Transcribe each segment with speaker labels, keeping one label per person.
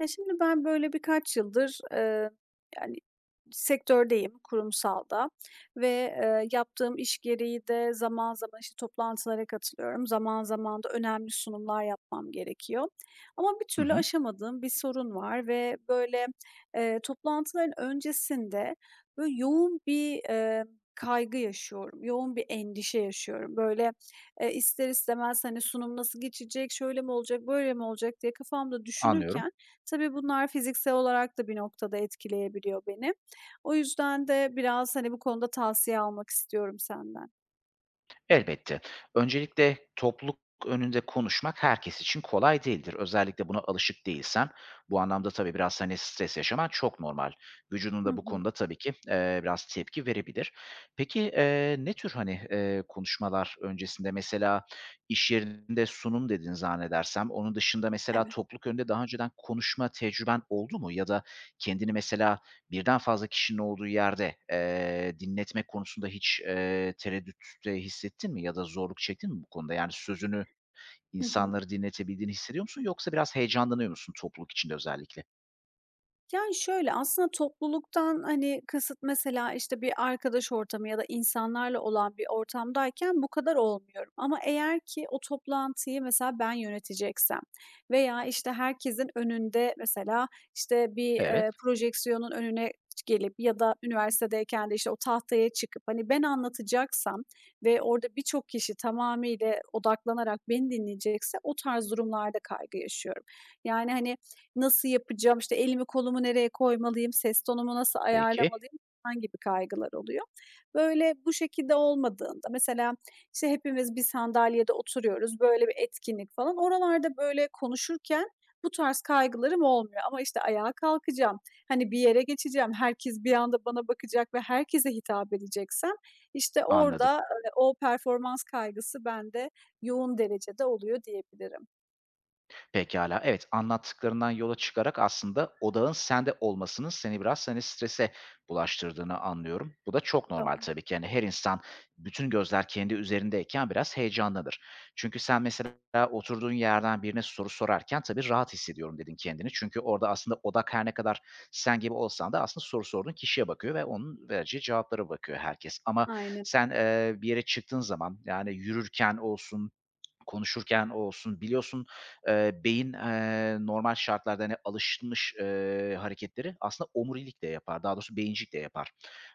Speaker 1: Ya, şimdi ben böyle birkaç yıldır, yani, sektördeyim, kurumsalda ve, yaptığım iş gereği de zaman zaman, işte, toplantılara katılıyorum. Zaman zaman da önemli sunumlar yapmam gerekiyor ama bir
Speaker 2: Hı
Speaker 1: türlü
Speaker 2: hı,
Speaker 1: aşamadığım bir sorun var ve, böyle, toplantıların öncesinde, böyle, yoğun bir, kaygı yaşıyorum, yoğun bir endişe yaşıyorum. Böyle, ister istemez, hani, sunum nasıl geçecek, şöyle mi olacak, böyle mi olacak diye kafamda
Speaker 2: anlıyorum.
Speaker 1: düşünürken. Tabii bunlar fiziksel olarak da bir noktada etkileyebiliyor beni. O yüzden de biraz, hani, bu konuda tavsiye almak istiyorum senden.
Speaker 2: Elbette. Öncelikle topluluk önünde konuşmak herkes için kolay değildir. Özellikle buna alışık değilsen bu anlamda tabii biraz, hani, stres yaşaman çok normal. Vücudun
Speaker 1: Hı
Speaker 2: da bu
Speaker 1: hı.
Speaker 2: konuda tabii ki, biraz tepki verebilir. Peki, ne tür, hani, konuşmalar öncesinde mesela iş yerinde sunum dedin zannedersem. Onun dışında mesela
Speaker 1: Evet.
Speaker 2: topluluk önünde daha önceden konuşma tecrüben oldu mu? Ya da kendini mesela birden fazla kişinin olduğu yerde, dinletmek konusunda hiç, tereddütte hissettin mi ya da zorluk çektin mi bu konuda? Yani sözünü
Speaker 1: Hı hı.
Speaker 2: insanları dinletebildiğini hissediyor musun yoksa biraz heyecanlanıyor musun topluluk içinde özellikle?
Speaker 1: Yani, şöyle, aslında topluluktan, hani, kasıt mesela, işte, bir arkadaş ortamı ya da insanlarla olan bir ortamdayken bu kadar olmuyorum ama eğer ki o toplantıyı mesela ben yöneteceksem veya, işte, herkesin önünde mesela, işte, bir,
Speaker 2: Evet,
Speaker 1: projeksiyonun önüne gelip ya da üniversitedeyken de, işte, o tahtaya çıkıp, hani, ben anlatacaksam ve orada birçok kişi tamamıyla odaklanarak beni dinleyecekse o tarz durumlarda kaygı yaşıyorum. Yani, hani, nasıl yapacağım, işte, elimi kolumu nereye koymalıyım, ses tonumu nasıl
Speaker 2: peki.
Speaker 1: ayarlamalıyım falan gibi kaygılar oluyor. Böyle, bu şekilde olmadığında mesela, işte, hepimiz bir sandalyede oturuyoruz, böyle bir etkinlik falan, oralarda, böyle, konuşurken bu tarz kaygılarım olmuyor ama, işte, ayağa kalkacağım, hani, bir yere geçeceğim, herkes bir anda bana bakacak ve herkese hitap edeceksem, işte,
Speaker 2: Anladım.
Speaker 1: orada, o performans kaygısı bende yoğun derecede oluyor diyebilirim.
Speaker 2: Pekala, evet, anlattıklarından yola çıkarak aslında odağın sende olmasının seni biraz, hani, strese bulaştırdığını anlıyorum. Bu da çok normal
Speaker 1: Doğru.
Speaker 2: tabii ki. Yani her insan bütün gözler kendi üzerindeyken biraz heyecanlanır. Çünkü sen mesela oturduğun yerden birine soru sorarken tabii "rahat hissediyorum" dedin kendini. Çünkü orada aslında odak her ne kadar sen gibi olsan da aslında soru sorduğun kişiye bakıyor ve onun vereceği cevaplara bakıyor herkes. Ama
Speaker 1: Aynen
Speaker 2: sen,
Speaker 1: öyle.
Speaker 2: bir yere çıktığın zaman, yani, yürürken olsun, konuşurken olsun biliyorsun, beyin, normal şartlarda, hani, alışmış, hareketleri aslında omurilik de yapar. Daha doğrusu beyincik de yapar.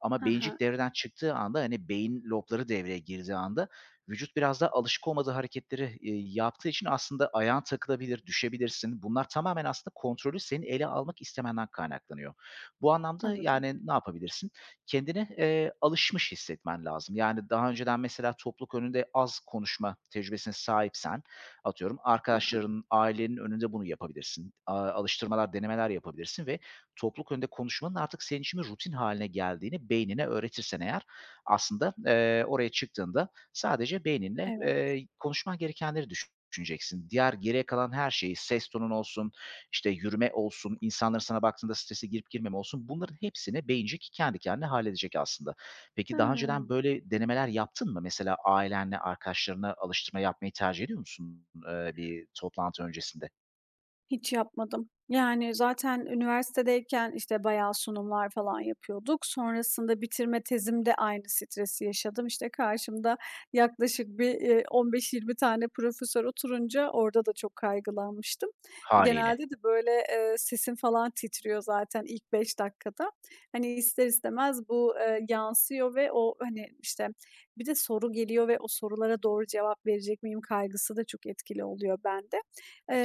Speaker 2: Ama
Speaker 1: Hı hı.
Speaker 2: beyincik devreden çıktığı anda, hani, beyin lobları devreye girdiği anda vücut biraz daha alışık olmadığı hareketleri, yaptığı için aslında ayağın takılabilir, düşebilirsin. Bunlar tamamen aslında kontrolü senin ele almak istemenden kaynaklanıyor. Bu anlamda,
Speaker 1: Anladım.
Speaker 2: yani, ne yapabilirsin? Kendini, alışmış hissetmen lazım. Yani, daha önceden mesela topluluk önünde az konuşma tecrübesine sahipsen, atıyorum,
Speaker 1: Aha.
Speaker 2: arkadaşların ailenin önünde bunu yapabilirsin. Alıştırmalar, denemeler yapabilirsin ve topluluk önünde konuşmanın artık senin için bir rutin haline geldiğini beynine öğretirsen eğer aslında, oraya çıktığında sadece beyninle,
Speaker 1: Evet.
Speaker 2: konuşman gerekenleri düşüneceksin. Diğer geriye kalan her şeyi, ses tonun olsun, işte yürüme olsun, insanların sana baktığında strese girip girmeme olsun, bunların hepsini beyincik kendi kendine halledecek aslında. Peki daha önceden
Speaker 1: Hıı.
Speaker 2: böyle denemeler yaptın mı? Mesela ailenle, arkadaşlarına alıştırma yapmayı tercih ediyor musun, bir toplantı öncesinde?
Speaker 1: Hiç yapmadım. Yani, zaten üniversitedeyken, işte, bayağı sunumlar falan yapıyorduk. Sonrasında bitirme tezimde aynı stresi yaşadım. İşte, karşımda yaklaşık bir, 15-20 tane profesör oturunca orada da çok kaygılanmıştım.
Speaker 2: Haliyle
Speaker 1: Genelde de, böyle, sesim falan titriyor zaten ilk 5 dakikada. Hani, ister istemez bu, yansıyor ve o, hani, işte, bir de soru geliyor ve o sorulara doğru cevap verecek miyim kaygısı da çok etkili oluyor bende.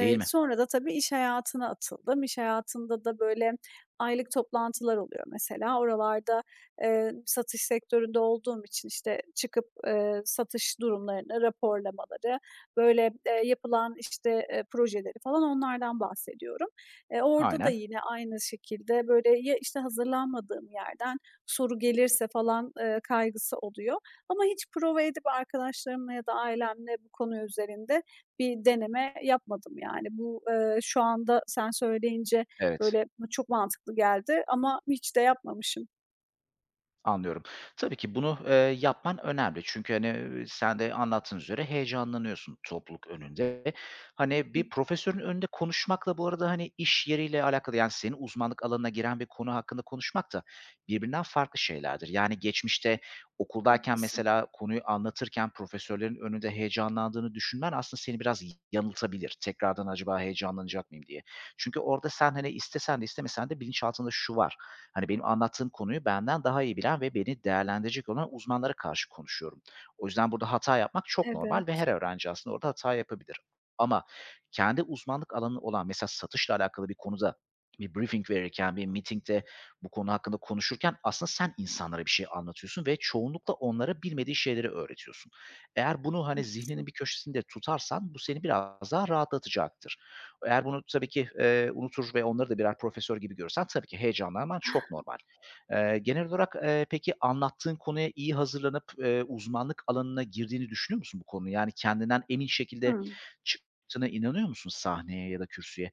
Speaker 2: değil mi?
Speaker 1: sonra da tabii iş hayatına atıldım. İş hayatında da böyle aylık toplantılar oluyor mesela. Oralarda, satış sektöründe olduğum için, işte, çıkıp, satış durumlarını, raporlamaları, böyle, yapılan, işte, projeleri falan onlardan bahsediyorum. Orada da
Speaker 2: Aynen,
Speaker 1: yine aynı şekilde böyle ya, işte, hazırlanmadığım yerden soru gelirse falan, kaygısı oluyor ama hiç prova edip arkadaşlarımla ya da ailemle bu konu üzerinde bir deneme yapmadım yani. Bu, şu anda sen söyleyince
Speaker 2: evet.
Speaker 1: böyle bu çok mantıklı geldi ama hiç de yapmamışım.
Speaker 2: Anlıyorum. Tabii ki bunu, yapman önemli. Çünkü, hani, sen de anlattığın üzere heyecanlanıyorsun topluluk önünde. Hani,
Speaker 1: Hı,
Speaker 2: bir profesörün önünde konuşmakla bu arada, hani, iş yeriyle alakalı, yani, senin uzmanlık alanına giren bir konu hakkında konuşmak da birbirinden farklı şeylerdir. Yani, geçmişte okuldayken
Speaker 1: haklısın.
Speaker 2: mesela konuyu anlatırken profesörlerin önünde heyecanlandığını düşünmen aslında seni biraz yanıltabilir. Tekrardan acaba heyecanlanacak mıyım diye. Çünkü orada sen, hani, istesen de istemesen de bilinçaltında şu var: hani, benim anlattığım konuyu benden daha iyi bilen ve beni değerlendirecek olan uzmanlara karşı konuşuyorum. O yüzden burada hata yapmak çok normal ve
Speaker 1: Evet,
Speaker 2: her öğrenci aslında orada hata yapabilir. Ama kendi uzmanlık alanı olan mesela satışla alakalı bir konuda bir briefing verirken, bir mitingde bu konu hakkında konuşurken aslında sen insanlara bir şey anlatıyorsun ve çoğunlukla onlara bilmediği şeyleri öğretiyorsun. Eğer bunu, hani, zihninin
Speaker 1: haklısın.
Speaker 2: bir köşesinde tutarsan bu seni biraz daha rahatlatacaktır. Eğer bunu tabii ki, unutur ve onları da birer profesör gibi görürsen tabii ki heyecanlanman çok normal. Genel olarak, peki anlattığın konuya iyi hazırlanıp, uzmanlık alanına girdiğini düşünüyor musun bu konunun? Yani kendinden emin şekilde
Speaker 1: Hıı.
Speaker 2: çıktığına inanıyor musun sahneye ya da kürsüye?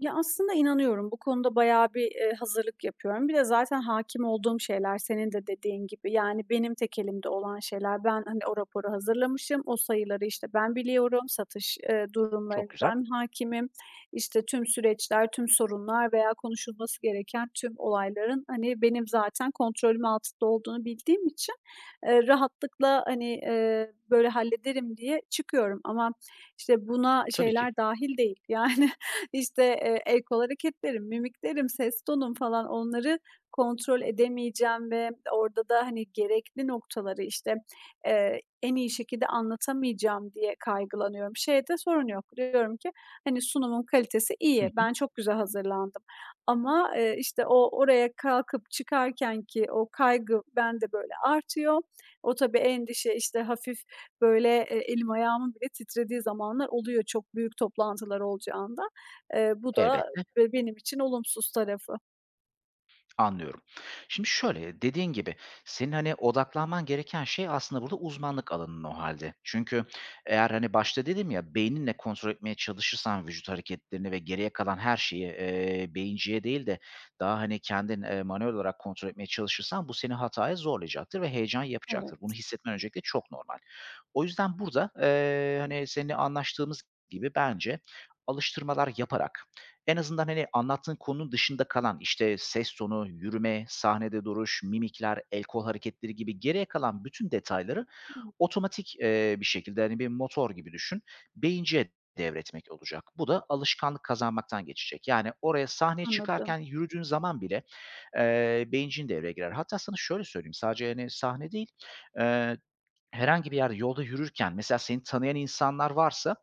Speaker 1: Ya, aslında inanıyorum. Bu konuda bayağı bir, hazırlık yapıyorum. Bir de zaten hakim olduğum şeyler senin de dediğin gibi. Yani benim tek elimde olan şeyler. Ben, hani, o raporu hazırlamışım, o sayıları, işte, ben biliyorum, satış,
Speaker 2: Çok
Speaker 1: durumlarına
Speaker 2: güzel.
Speaker 1: ben hakimim. İşte, tüm süreçler, tüm sorunlar veya konuşulması gereken tüm olayların, hani, benim zaten kontrolüm altında olduğunu bildiğim için, rahatlıkla, hani, böyle hallederim diye çıkıyorum ama, işte, buna
Speaker 2: Tabii ki.
Speaker 1: şeyler dahil değil. Yani İşte, el kol hareketlerim, mimiklerim, ses tonum falan onları kontrol edemeyeceğim ve orada da, hani, gerekli noktaları, işte, en iyi şekilde anlatamayacağım diye kaygılanıyorum. Şeyde sorun yok. Diyorum ki, hani, sunumun kalitesi
Speaker 2: Hı
Speaker 1: iyi.
Speaker 2: hı.
Speaker 1: Ben çok güzel hazırlandım ama, işte, o oraya kalkıp çıkarken ki o kaygı bende böyle artıyor. O tabii endişe, işte, hafif böyle, elim ayağımın bile titrediği zamanlar oluyor çok büyük toplantılar olacağında. Bu da
Speaker 2: Elbette.
Speaker 1: benim için olumsuz tarafı.
Speaker 2: Anlıyorum. Şimdi şöyle, dediğin gibi senin, hani, odaklanman gereken şey aslında burada uzmanlık alanın o halde. Çünkü eğer, hani, başta dedim ya, beyninle kontrol etmeye çalışırsan vücut hareketlerini ve geriye kalan her şeyi, beyinciye değil de daha, hani, kendin, manuel olarak kontrol etmeye çalışırsan bu seni hataya zorlayacaktır ve heyecan yapacaktır. Bunu
Speaker 1: Evet.
Speaker 2: hissetmen öncelikle çok normal. O yüzden burada, hani, seninle anlaştığımız gibi bence alıştırmalar yaparak en azından, hani, anlattığın konunun dışında kalan, işte, ses tonu, yürüme, sahnede duruş, mimikler, el kol hareketleri gibi geriye kalan bütün detayları
Speaker 1: Hımm,
Speaker 2: otomatik, bir şekilde, hani, bir motor gibi düşün, beyinciye devretmek olacak. Bu da alışkanlık kazanmaktan geçecek. Yani oraya sahneye
Speaker 1: anladım.
Speaker 2: çıkarken yürüdüğün zaman bile, beyincin devreye girer. Hatta sana şöyle söyleyeyim, sadece, hani, sahne değil, eee, herhangi bir yerde yolda yürürken mesela seni tanıyan insanlar varsa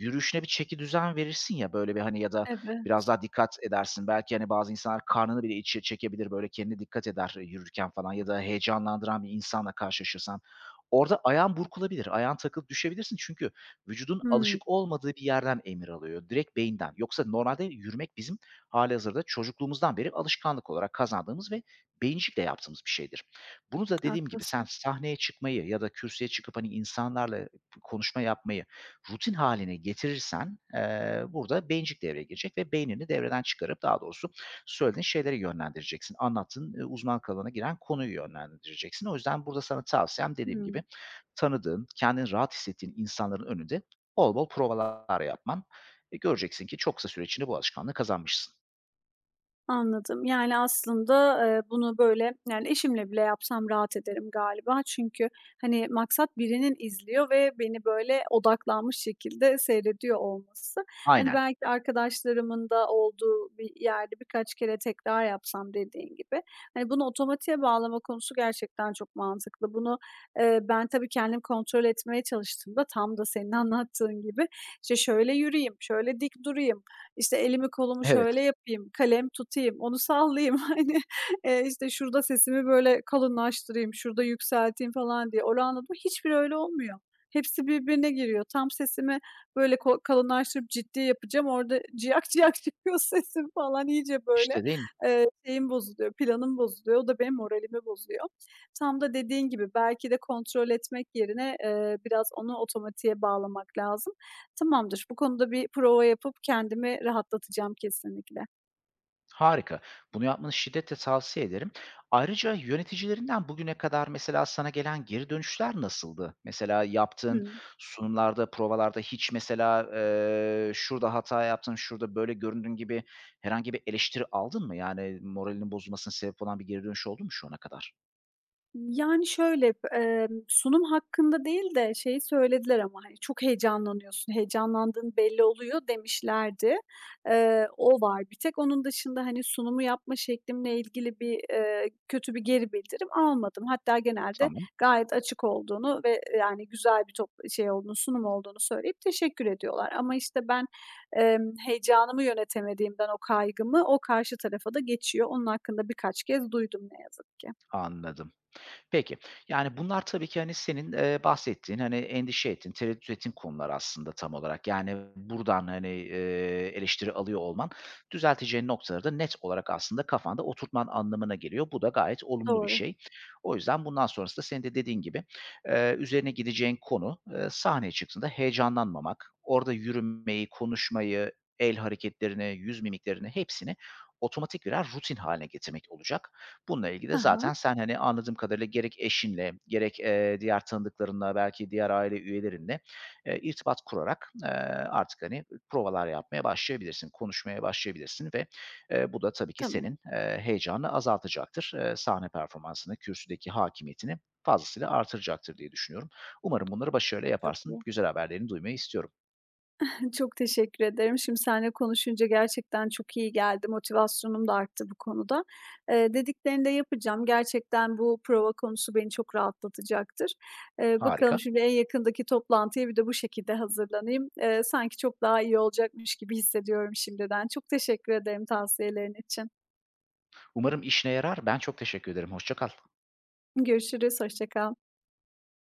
Speaker 2: yürüyüşüne bir çeki düzen verirsin ya, böyle, bir, hani, ya da
Speaker 1: Evet.
Speaker 2: biraz daha dikkat edersin. Belki, hani, bazı insanlar karnını bile içe çekebilir, böyle, kendine dikkat eder, yürürken falan ya da heyecanlandıran bir insanla karşılaşırsan. Orada ayağın burkulabilir, ayağın takılıp düşebilirsin çünkü vücudun
Speaker 1: Hımm,
Speaker 2: alışık olmadığı bir yerden emir alıyor, direkt beyinden. Yoksa normalde yürümek bizim hâlihazırda çocukluğumuzdan beri alışkanlık olarak kazandığımız ve beyincikle yaptığımız bir şeydir. Bunu da dediğim gibi sen
Speaker 1: haklısın.
Speaker 2: sahneye çıkmayı ya da kürsüye çıkıp, hani, insanlarla konuşma yapmayı rutin haline getirirsen, burada beyincik devreye girecek ve beynini devreden çıkarıp daha doğrusu söylediğin şeyleri yönlendireceksin. Anlattığın, uzmanlık alanına giren konuyu yönlendireceksin. O yüzden burada sana tavsiyem dediğim gibi
Speaker 1: Hıı.
Speaker 2: tanıdığın, kendini rahat hissettiğin insanların önünde bol bol provalar yapman. E, göreceksin ki çok kısa süre içinde bu alışkanlığı kazanmışsın.
Speaker 1: Anladım. Yani aslında, bunu böyle, yani, eşimle bile yapsam rahat ederim galiba. Çünkü, hani, maksat birinin izliyor ve beni böyle odaklanmış şekilde seyrediyor olması. Hani,
Speaker 2: Aynen.
Speaker 1: belki arkadaşlarımın da olduğu bir yerde birkaç kere tekrar yapsam dediğin gibi. Hani, bunu otomatiğe bağlama konusu gerçekten çok mantıklı. Bunu, ben tabii kendim kontrol etmeye çalıştığımda tam da senin anlattığın gibi, işte, şöyle yürüyeyim, şöyle dik durayım, işte elimi kolumu
Speaker 2: Evet,
Speaker 1: şöyle yapayım, kalem tutayım, onu sallayayım, hani, işte şurada sesimi böyle kalınlaştırayım, şurada yükselteyim falan diye. Hollanda'da hiçbir öyle olmuyor. Hepsi birbirine giriyor. Tam sesimi böyle kalınlaştırıp ciddi yapacağım, orada ciyak ciyak çıkıyor sesim falan iyice böyle,
Speaker 2: İşte değil mi?
Speaker 1: şeyim bozuluyor, planım bozuluyor. O da benim moralimi bozuyor. Tam da dediğin gibi belki de kontrol etmek yerine, biraz onu otomatiğe bağlamak lazım. Tamamdır. Bu konuda bir prova yapıp kendimi rahatlatacağım kesinlikle.
Speaker 2: Harika. Bunu yapmanı şiddetle tavsiye ederim. Ayrıca yöneticilerinden bugüne kadar mesela sana gelen geri dönüşler nasıldı? Mesela yaptığın
Speaker 1: Hı.
Speaker 2: sunumlarda, provalarda hiç mesela, şurada hata yaptın, şurada böyle göründün gibi herhangi bir eleştiri aldın mı? Yani moralinin bozulmasına sebep olan bir geri dönüş oldu mu şu ana kadar?
Speaker 1: Yani, şöyle, sunum hakkında değil de şeyi söylediler ama, hani, "Çok heyecanlanıyorsun, heyecanlandığın belli oluyor." demişlerdi. O var bir tek. Onun dışında, hani, sunumu yapma şeklimle ilgili bir, kötü bir geri bildirim almadım. Hatta genelde
Speaker 2: Tamam,
Speaker 1: gayet açık olduğunu ve, yani, güzel bir şey olduğunu, sunum olduğunu söyleyip teşekkür ediyorlar. Ama, işte, ben, heyecanımı yönetemediğimden o kaygımı o karşı tarafa da geçiyor. Onun hakkında birkaç kez duydum ne yazık ki.
Speaker 2: anladım. Peki. Yani bunlar tabii ki, hani, senin, bahsettiğin, hani, endişe ettiğin, tereddüt ettiğin konular aslında tam olarak. Yani buradan, hani, eleştiri alıyor olman düzelteceğin noktaları da net olarak aslında kafanda oturtman anlamına geliyor. Bu da gayet olumlu bir
Speaker 1: Doğru.
Speaker 2: şey. O yüzden bundan sonrasında senin de dediğin gibi, üzerine gideceğin konu, sahneye çıktığında heyecanlanmamak, orada yürümeyi, konuşmayı, el hareketlerini, yüz mimiklerini hepsini otomatik birer rutin haline getirmek olacak. Bununla ilgili de
Speaker 1: Aha.
Speaker 2: zaten sen, hani, anladığım kadarıyla gerek eşinle gerek, diğer tanıdıklarınla, belki diğer aile üyelerinle, irtibat kurarak, artık, hani, provalar yapmaya başlayabilirsin, konuşmaya başlayabilirsin ve, bu da tabii ki
Speaker 1: Tamam,
Speaker 2: senin, heyecanını azaltacaktır. Sahne performansını, kürsüdeki hakimiyetini fazlasıyla artıracaktır diye düşünüyorum. Umarım bunları başarıyla
Speaker 1: çok
Speaker 2: yaparsın.
Speaker 1: iyi.
Speaker 2: Güzel haberlerini duymayı istiyorum.
Speaker 1: Çok teşekkür ederim. Şimdi seninle konuşunca gerçekten çok iyi geldi. Motivasyonum da arttı bu konuda. Dediklerini de yapacağım. Gerçekten bu prova konusu beni çok rahatlatacaktır. Eee,
Speaker 2: Harika.
Speaker 1: bakalım şimdi en yakındaki toplantıya bir de bu şekilde hazırlanayım. Sanki çok daha iyi olacakmış gibi hissediyorum şimdiden. Çok teşekkür ederim tavsiyelerin için.
Speaker 2: Umarım işine yarar. Ben çok teşekkür ederim. Hoşça kal.
Speaker 1: Görüşürüz, hoşça kal.